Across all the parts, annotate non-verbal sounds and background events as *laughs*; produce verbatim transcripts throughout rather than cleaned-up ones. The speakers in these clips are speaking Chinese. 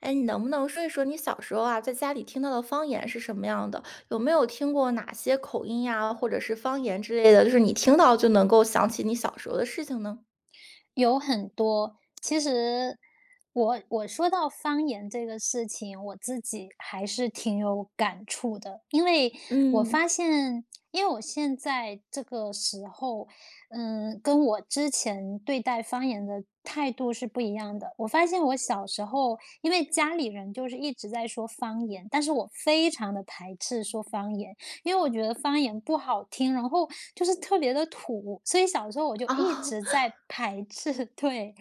哎，你能不能说一说你小时候啊，在家里听到的方言是什么样的？有没有听过哪些口音呀，或者是方言之类的，就是你听到就能够想起你小时候的事情呢？有很多，其实我我说到方言这个事情，我自己还是挺有感触的，因为我嗯，发现，因为我现在这个时候，嗯，跟我之前对待方言的态度是不一样的。我发现我小时候，因为家里人就是一直在说方言，但是我非常的排斥说方言，因为我觉得方言不好听，然后就是特别的土，所以小时候我就一哦，直在排斥。*laughs* 对，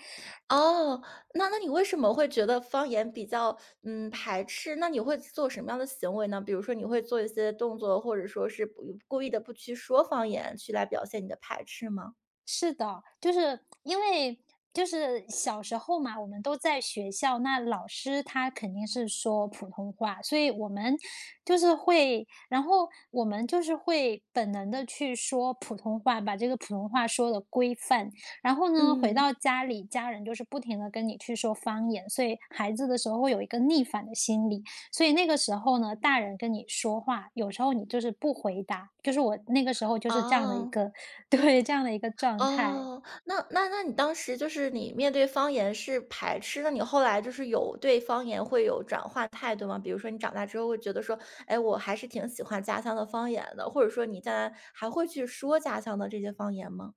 哦，那那你为什么会觉得方言比较，嗯，排斥？那你会做什么样的行为呢？比如说你会做一些动作，或者说是不故意的不去说方言，去来表现你的排斥吗？是的，就是因为就是小时候嘛，我们都在学校，那老师他肯定是说普通话，所以我们就是会，然后我们就是会本能的去说普通话，把这个普通话说的规范。然后呢，回嗯，到家里，家人就是不停的跟你去说方言，所以孩子的时候会有一个逆反的心理。所以那个时候呢，大人跟你说话，有时候你就是不回答，就是我那个时候就是这样的一哦。个 *laughs* 对，这样的一个状态。哦，那那那你当时就是你面对方言是排斥，那你后来就是有对方言会有转换态度吗？比如说你长大之后会觉得说，哎，我还是挺喜欢家乡的方言的，或者说你将来还会去说家乡的这些方言吗？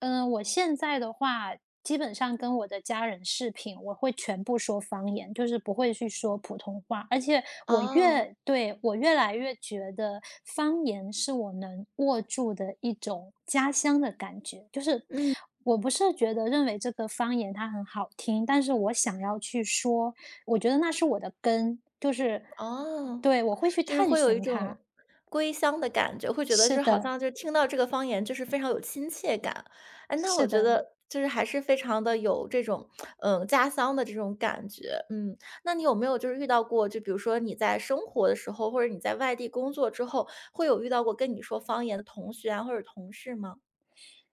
嗯，我现在的话，基本上跟我的家人视频，我会全部说方言，就是不会去说普通话。而且我哦，越对，我越来越觉得方言是我能握住的一种家乡的感觉。就是嗯，我不是觉得认为这个方言它很好听，但是我想要去说，我觉得那是我的根，就是哦。对，我会去就是探会有一寻它。种归乡的感觉，会觉得就是是好的，像就是听到这个方言就是非常有亲切感。哎，那是我觉的。得就是还是非常的有这种，嗯，家乡的这种感觉，嗯。那你有没有就是遇到过，就比如说你在生活的时候，或者你在外地工作之后，会有遇到过跟你说方言的同学啊，或者同事吗？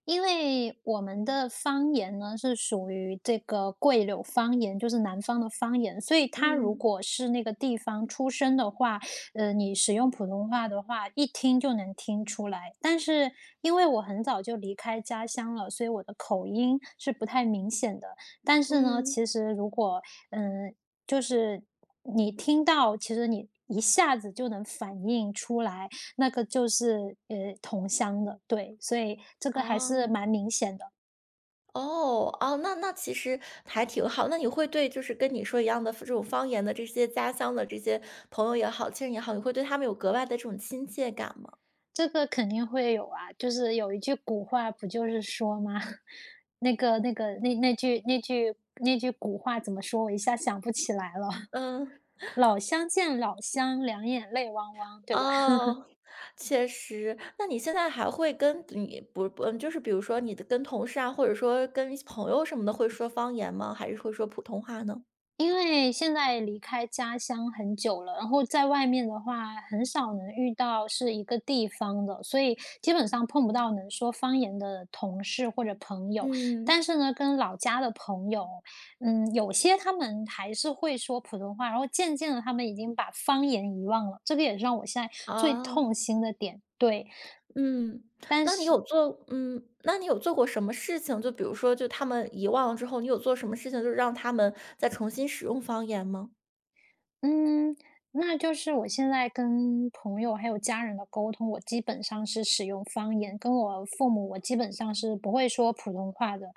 因为我们的方言呢是属于这个桂柳方言，就是南方的方言，所以他如嗯，果是那个地方出生的话，呃，你使用普通话的话，一听就能听出来。但是因为我很早就离开家乡了，所以我的口音是不太明显的。但是呢，嗯，其实如果嗯、就是你听到，其实你一下子就能反映出来。那个就是呃同乡的，对，所以这个还是哦。蛮明显的。哦，哦，那那其实还挺好。那你会对就是跟你说一样的这种方言的这些家乡的这些朋友也好，亲人也好，你会对他们有格外的这种亲切感吗？这个肯定会有啊，就是有一句古话不就是说吗？*laughs* 那个那个那那句那句那句古话怎么说？我一下想不起来了。*laughs* 嗯，老乡见老乡，两眼泪汪汪，对吧？哦，确实。那你现在还会跟你不不，嗯，就是比如说你的跟同事啊，或者说跟朋友什么的，会说方言吗？还是会说普通话呢？因为现在离开家乡很久了，然后在外面的话，很少能遇到是一个地方的，所以基本上碰不到能说方言的同事或者朋友。嗯，但是呢，跟老家的朋友，嗯，有些他们还是会说普通话，然后渐渐的他们已经把方言遗忘了，这个也是让我现在最啊。痛心的点。对，嗯，但那你是有做嗯，那你有做过什么事情，就比如说就他们遗忘了之后，你有做什么事情，就是让他们再重新使用方言吗？嗯，那就是我现在跟朋友还有家人的沟通，我基本上是使用方言，跟我父母我基本上是不会说普通话的，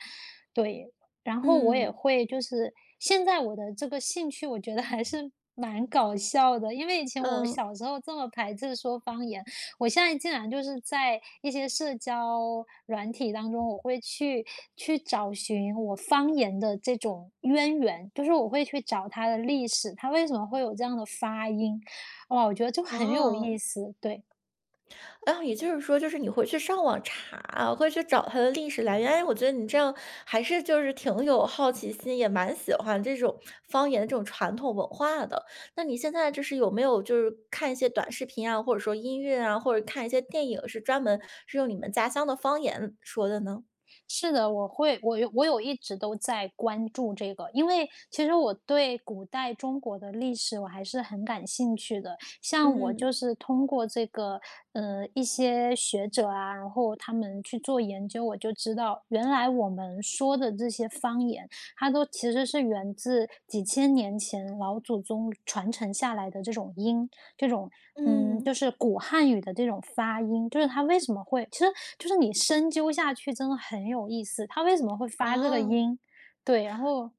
对。然后我也嗯，会就是现在我的这个兴趣，我觉得还是蛮搞笑的，因为以前我嗯，小时候这么排斥说方言，我现在竟然就是在一些社交软体当中，我会去去找寻我方言的这种渊源，就是我会去找它的历史，它为什么会有这样的发音，哇，我觉得就很有哦，意思，对。然后也就是说，就是你会去上网查，会去找它的历史来源。哎，我觉得你这样还是就是挺有好奇心，也蛮喜欢这种方言的这种传统文化的。那你现在就是有没有就是看一些短视频啊，或者说音乐啊，或者看一些电影，是专门是用你们家乡的方言说的呢？是的，我会，我有我有一直都在关注这个，因为其实我对古代中国的历史我还是很感兴趣的。像我嗯，就是通过这个，呃，一些学者啊，然后他们去做研究，我就知道原来我们说的这些方言，它都其实是源自几千年前老祖宗传承下来的这种音。这种，嗯，就嗯，是古汉语的这种发音，就是它为什么会，其实就是你深究下去真的很有意思，它为什么会发这个哦，音？对，然后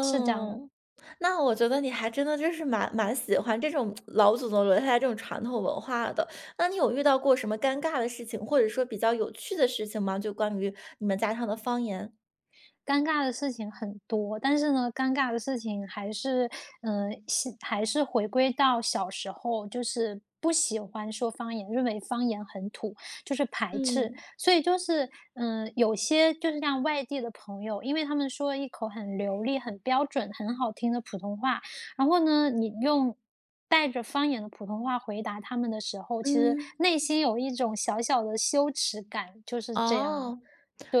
是这样的。那我觉得你还真的就是蛮蛮喜欢这种老祖宗留下来这种传统文化的。那你有遇到过什么尴尬的事情，或者说比较有趣的事情吗？就关于你们家乡的方言。尴尬的事情很多，但是呢，尴尬的事情还是，嗯，呃是还是回归到小时候，就是不喜欢说方言，认为方言很土，就是排斥。嗯，所以就是，嗯、有些就是像外地的朋友，因为他们说一口很流利、很标准、很好听的普通话，然后呢，你用，带着方言的普通话回答他们的时候，其实嗯，内心有一种小小的羞耻感，就是这样。哦，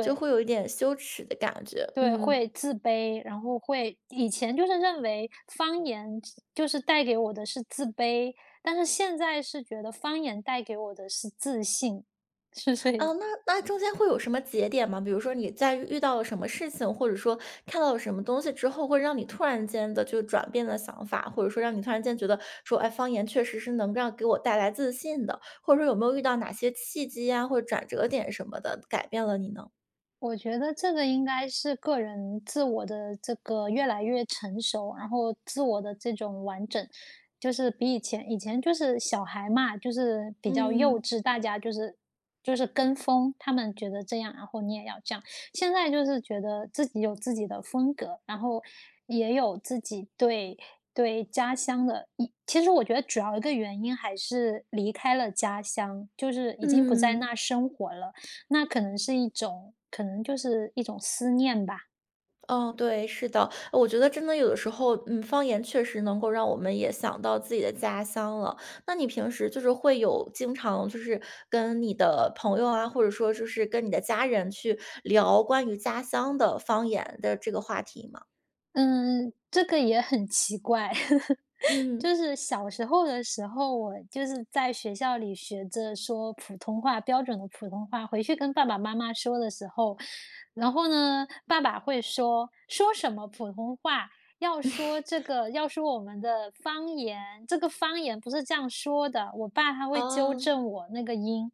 就会有一点羞耻的感觉，对，嗯。会自卑，然后会以前就是认为方言就是带给我的是自卑，但是现在是觉得方言带给我的是自信，*laughs* 是这啊，那那中间会有什么节点吗？比如说你在遇到了什么事情，或者说看到了什么东西之后，会让你突然间的就转变了想法，或者说让你突然间觉得说，哎，方言确实是能让给我带来自信的，或者说有没有遇到哪些契机啊，或者转折点什么的，改变了你呢？我觉得这个应该是个人自我的这个越来越成熟，然后自我的这种完整，就是比以前以前就是小孩嘛，就是比较幼嗯。稚，大家就是就是跟风，他们觉得这样，然后你也要这样。现在就是觉得自己有自己的风格，然后也有自己对对家乡的一，其实我觉得主要一个原因还是离开了家乡，就是已经不在嗯。那生活了。那可能是一种，可能就是一种思念吧。嗯，对，是的，我觉得真的有的时候，嗯，方言确实能够让我们也想到自己的家乡了。那你平时就是会有经常就是跟你的朋友啊，或者说就是跟你的家人去聊关于家乡的方言的这个话题吗？嗯，这个也很奇怪，*laughs* 嗯，就是小时候的时候，我就是在学校里学着说普通话，标准的普通话，回去跟爸爸妈妈说的时候，然后呢，爸爸会说说什么普通话。要说这个，要说我们的方言，这个方言不是这样说的。我爸他会纠啊正我那个音，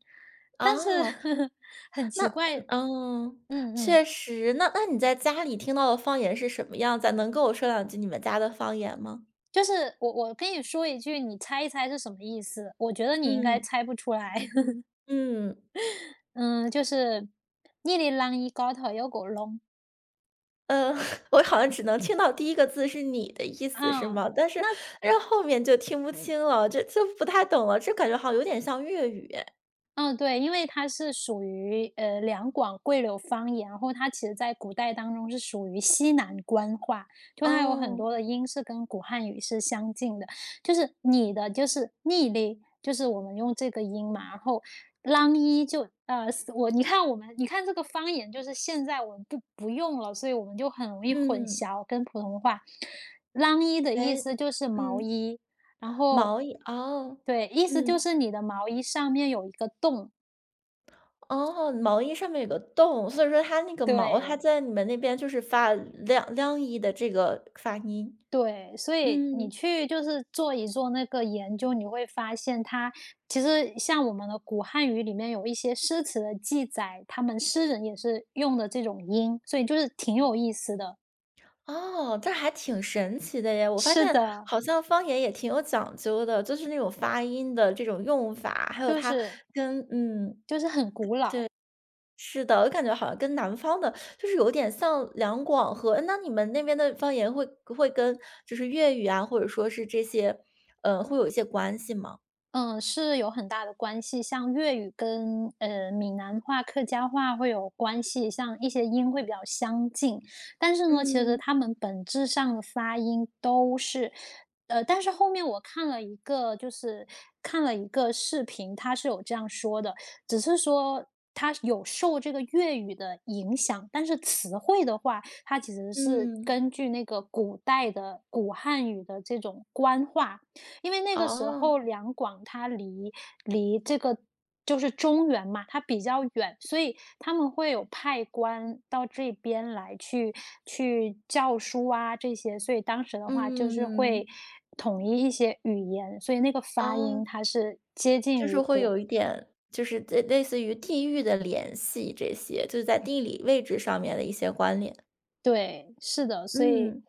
但是 啊，*laughs* 很那奇怪，嗯，嗯嗯，确实，那那你在家里听到的方言是什么样子啊能跟我说两句你们家的方言吗？就是我我跟你说一句，你猜一猜是什么意思？我觉得你应该嗯猜不出来。*laughs* 嗯。嗯，就是"你的浪一高头有个窿"，嗯，*laughs* 我好像只能听到第一个字是"你"的意思是啊，吗？但是但是后面就听不清了，就就不太懂了，这感觉好像有点像粤语哎嗯，对，因为它是属于呃两广桂柳方言，然后它其实在古代当中是属于西南官话，就它有很哦，多的音是跟古汉语是相近的，就是你的就是逆哩，就是我们用这个音嘛，然后啷一就呃我你看我们你看这个方言，就是现在我们不不用了，所以我们就很容易混嗯，淆跟普通话。啷一的意哎，思就是毛嗯，衣，然后毛衣哦，对，意思就嗯，是你的毛衣上面有一个洞，哦，毛衣上面有个洞，所以说它那个毛它对，在你们那边就是发亮亮衣的这个发音，对，所以你嗯。去就是做一做那个研究，你会发现它其实像我们的古汉语里面有一些诗词的记载，他们诗人也是用的这种音，所以就是挺有意思的。哦，这还挺神奇的耶！我发是现的，好像方言也挺有讲究的，就是那种发音的这种用法，还有就它是跟嗯，就是很古老。是的，我感觉好像跟南方的，就是有点像两广和那你们那边的方言会会跟就是粤语啊，或者说是这些，呃，会有一些关系吗？嗯，是有很大的关系。像粤语跟呃闽南话、客家话会有关系，像一些音会比较相近，但是呢，其实嗯他们本质上的发音都是，呃，但是后面我看了一个，就是看了一个视频，他是有这样说的，只是说。它有受这个粤语的影响，但是词汇的话，它其实是嗯，根据那个古代的古汉语的这种官话。因为那个时哦，候两广它离离这个就是中原嘛，它比较远，所以他们会有派官到这边来去去教书啊这些，所以当时的话就是会嗯，统一一些语言，所以那个发音哦。它是接近就于是会古。有一点，就是类类似于地域的联系这些，就是在地理位置上面的一些关联。对，是的，所以，嗯，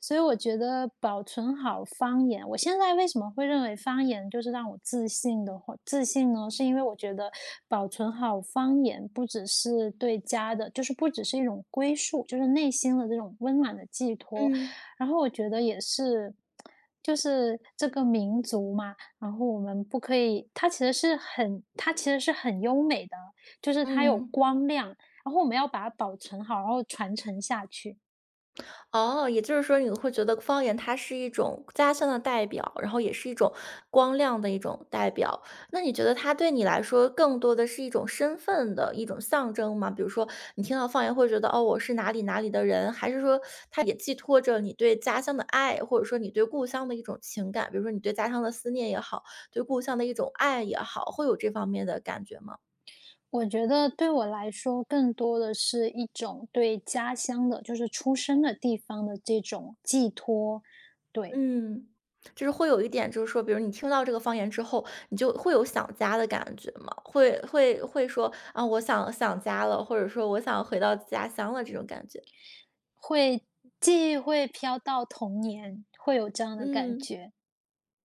所以我觉得保存好方言，我现在为什么会认为方言就是让我自信的话，自信呢？是因为我觉得保存好方言不只是对家的，就是不只是一种归宿，就是内心的这种温暖的寄托。嗯。然后我觉得也是，就是这个民族嘛，然后我们不可以，它其实是很，它其实是很优美的，就是它有嗯。光亮，然后我们要把它保存好，然后传承下去。哦，也就是说你会觉得方言它是一种家乡的代表，然后也是一种光亮的一种代表。那你觉得它对你来说更多的是一种身份的一种象征吗？比如说你听到方言会觉得哦，我是哪里哪里的人，还是说它也寄托着你对家乡的爱，或者说你对故乡的一种情感，比如说你对家乡的思念也好，对故乡的一种爱也好，会有这方面的感觉吗？我觉得对我来说，更多的是一种对家乡的，就是出生的地方的这种寄托。对，嗯，就是会有一点，就是说，比如你听到这个方言之后，你就会有想家的感觉吗？会会会说啊，我想想家了，或者说我想回到家乡了这种感觉。会记忆会飘到童年，会有这样的感嗯。觉。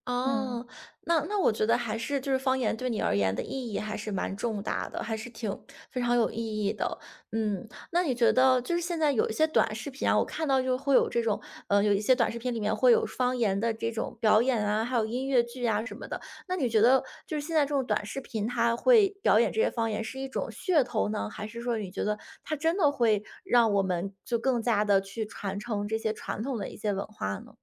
哦，嗯，那那我觉得还是就是方言对你而言的意义还是蛮重大的，还是挺非常有意义的。嗯，那你觉得就是现在有一些短视频啊，我看到就会有这种，呃，有一些短视频里面会有方言的这种表演啊，还有音乐剧啊什么的。那你觉得就是现在这种短视频，它会表演这些方言是一种噱头呢，还是说你觉得它真的会让我们就更加的去传承这些传统的一些文化呢？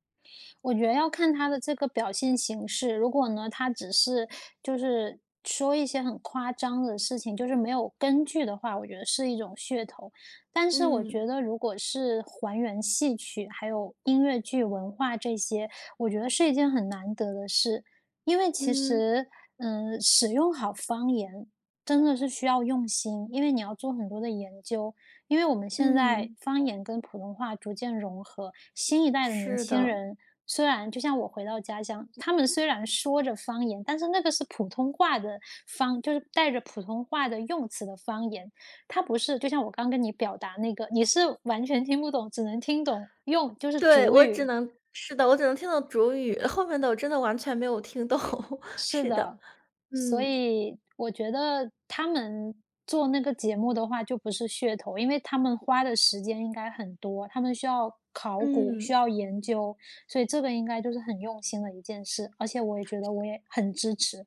我觉得要看他的这个表现形式。如果呢，他只是就是说一些很夸张的事情，就是没有根据的话，我觉得是一种噱头。但是我嗯觉得，如果是还原戏曲、还有音乐剧文化这些，我觉得是一件很难得的事。因为其嗯实，嗯，使用好方言真的是需要用心，因为你要做很多的研究。因为我们现在嗯。方言跟普通话逐渐融合，新一代的年是轻的。人虽然就像我回到家乡，他们虽然说着方言，但是那个是普通话的方，就是带着普通话的用词的方言。它不是就像我刚跟你表达那个，你是完全听不懂，只能听懂用就是对，主我只语。能是的，我只能听到主语，后面的我真的完全没有听懂，*laughs* 是是的，的，所嗯，以我觉得他们做那个节目的话，就不是噱头，因为他们花的时间应该很多，他们需要考古，需嗯。要研究，所以这个应该就是很用心的一件事。而且我也觉得我也很支持。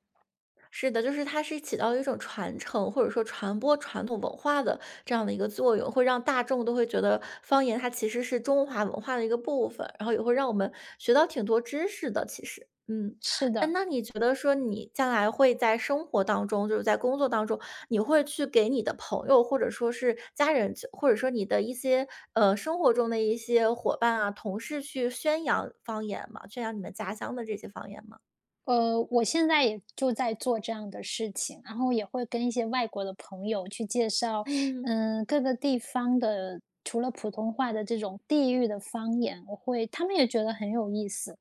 是的，就是它是起到一种传承，或者说传播传统文化的这样的一个作用，会让大众都会觉得方言它其实是中华文化的一个部分，然后也会让我们学到挺多知识的。其实，嗯，是哎，的，那你觉得说你将来会在生活当中，就是在工作当中，你会去给你的朋友，或者说是家人，或者说你的一些呃生活中的一些伙伴啊、同事去宣扬方言吗？宣扬你们家乡的这些方言吗？呃，我现在也就在做这样的事情，然后也会跟一些外国的朋友去介绍，嗯嗯，各个地方的除了普通话的这种地域的方言，我会他们也觉得很有意思，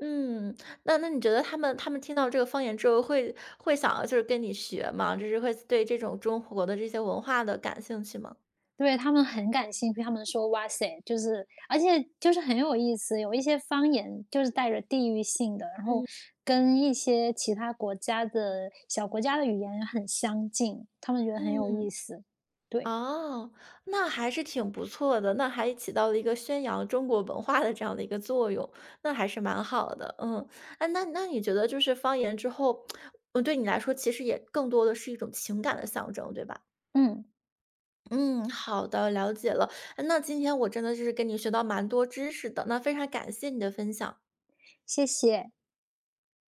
嗯，那那你觉得他们他们听到这个方言之后会会想要就是跟你学吗？就是会对这种中国的这些文化的感兴趣吗？对，他们很感兴趣，他们说哇塞，就是而且就是很有意思，有一些方言就是带着地域性的，然后嗯。跟一些其他国家的小国家的语言很相近，他们觉得很有嗯，意思，对，哦，那还是挺不错的，那还起到了一个宣扬中国文化的这样的一个作用，那还是蛮好的。嗯，哎，那那你觉得就是方言之后，嗯，对你来说其实也更多的是一种情感的象征，对吧？嗯，嗯，好的，了解了。那今天我真的就是跟你学到蛮多知识的，那非常感谢你的分享。谢谢。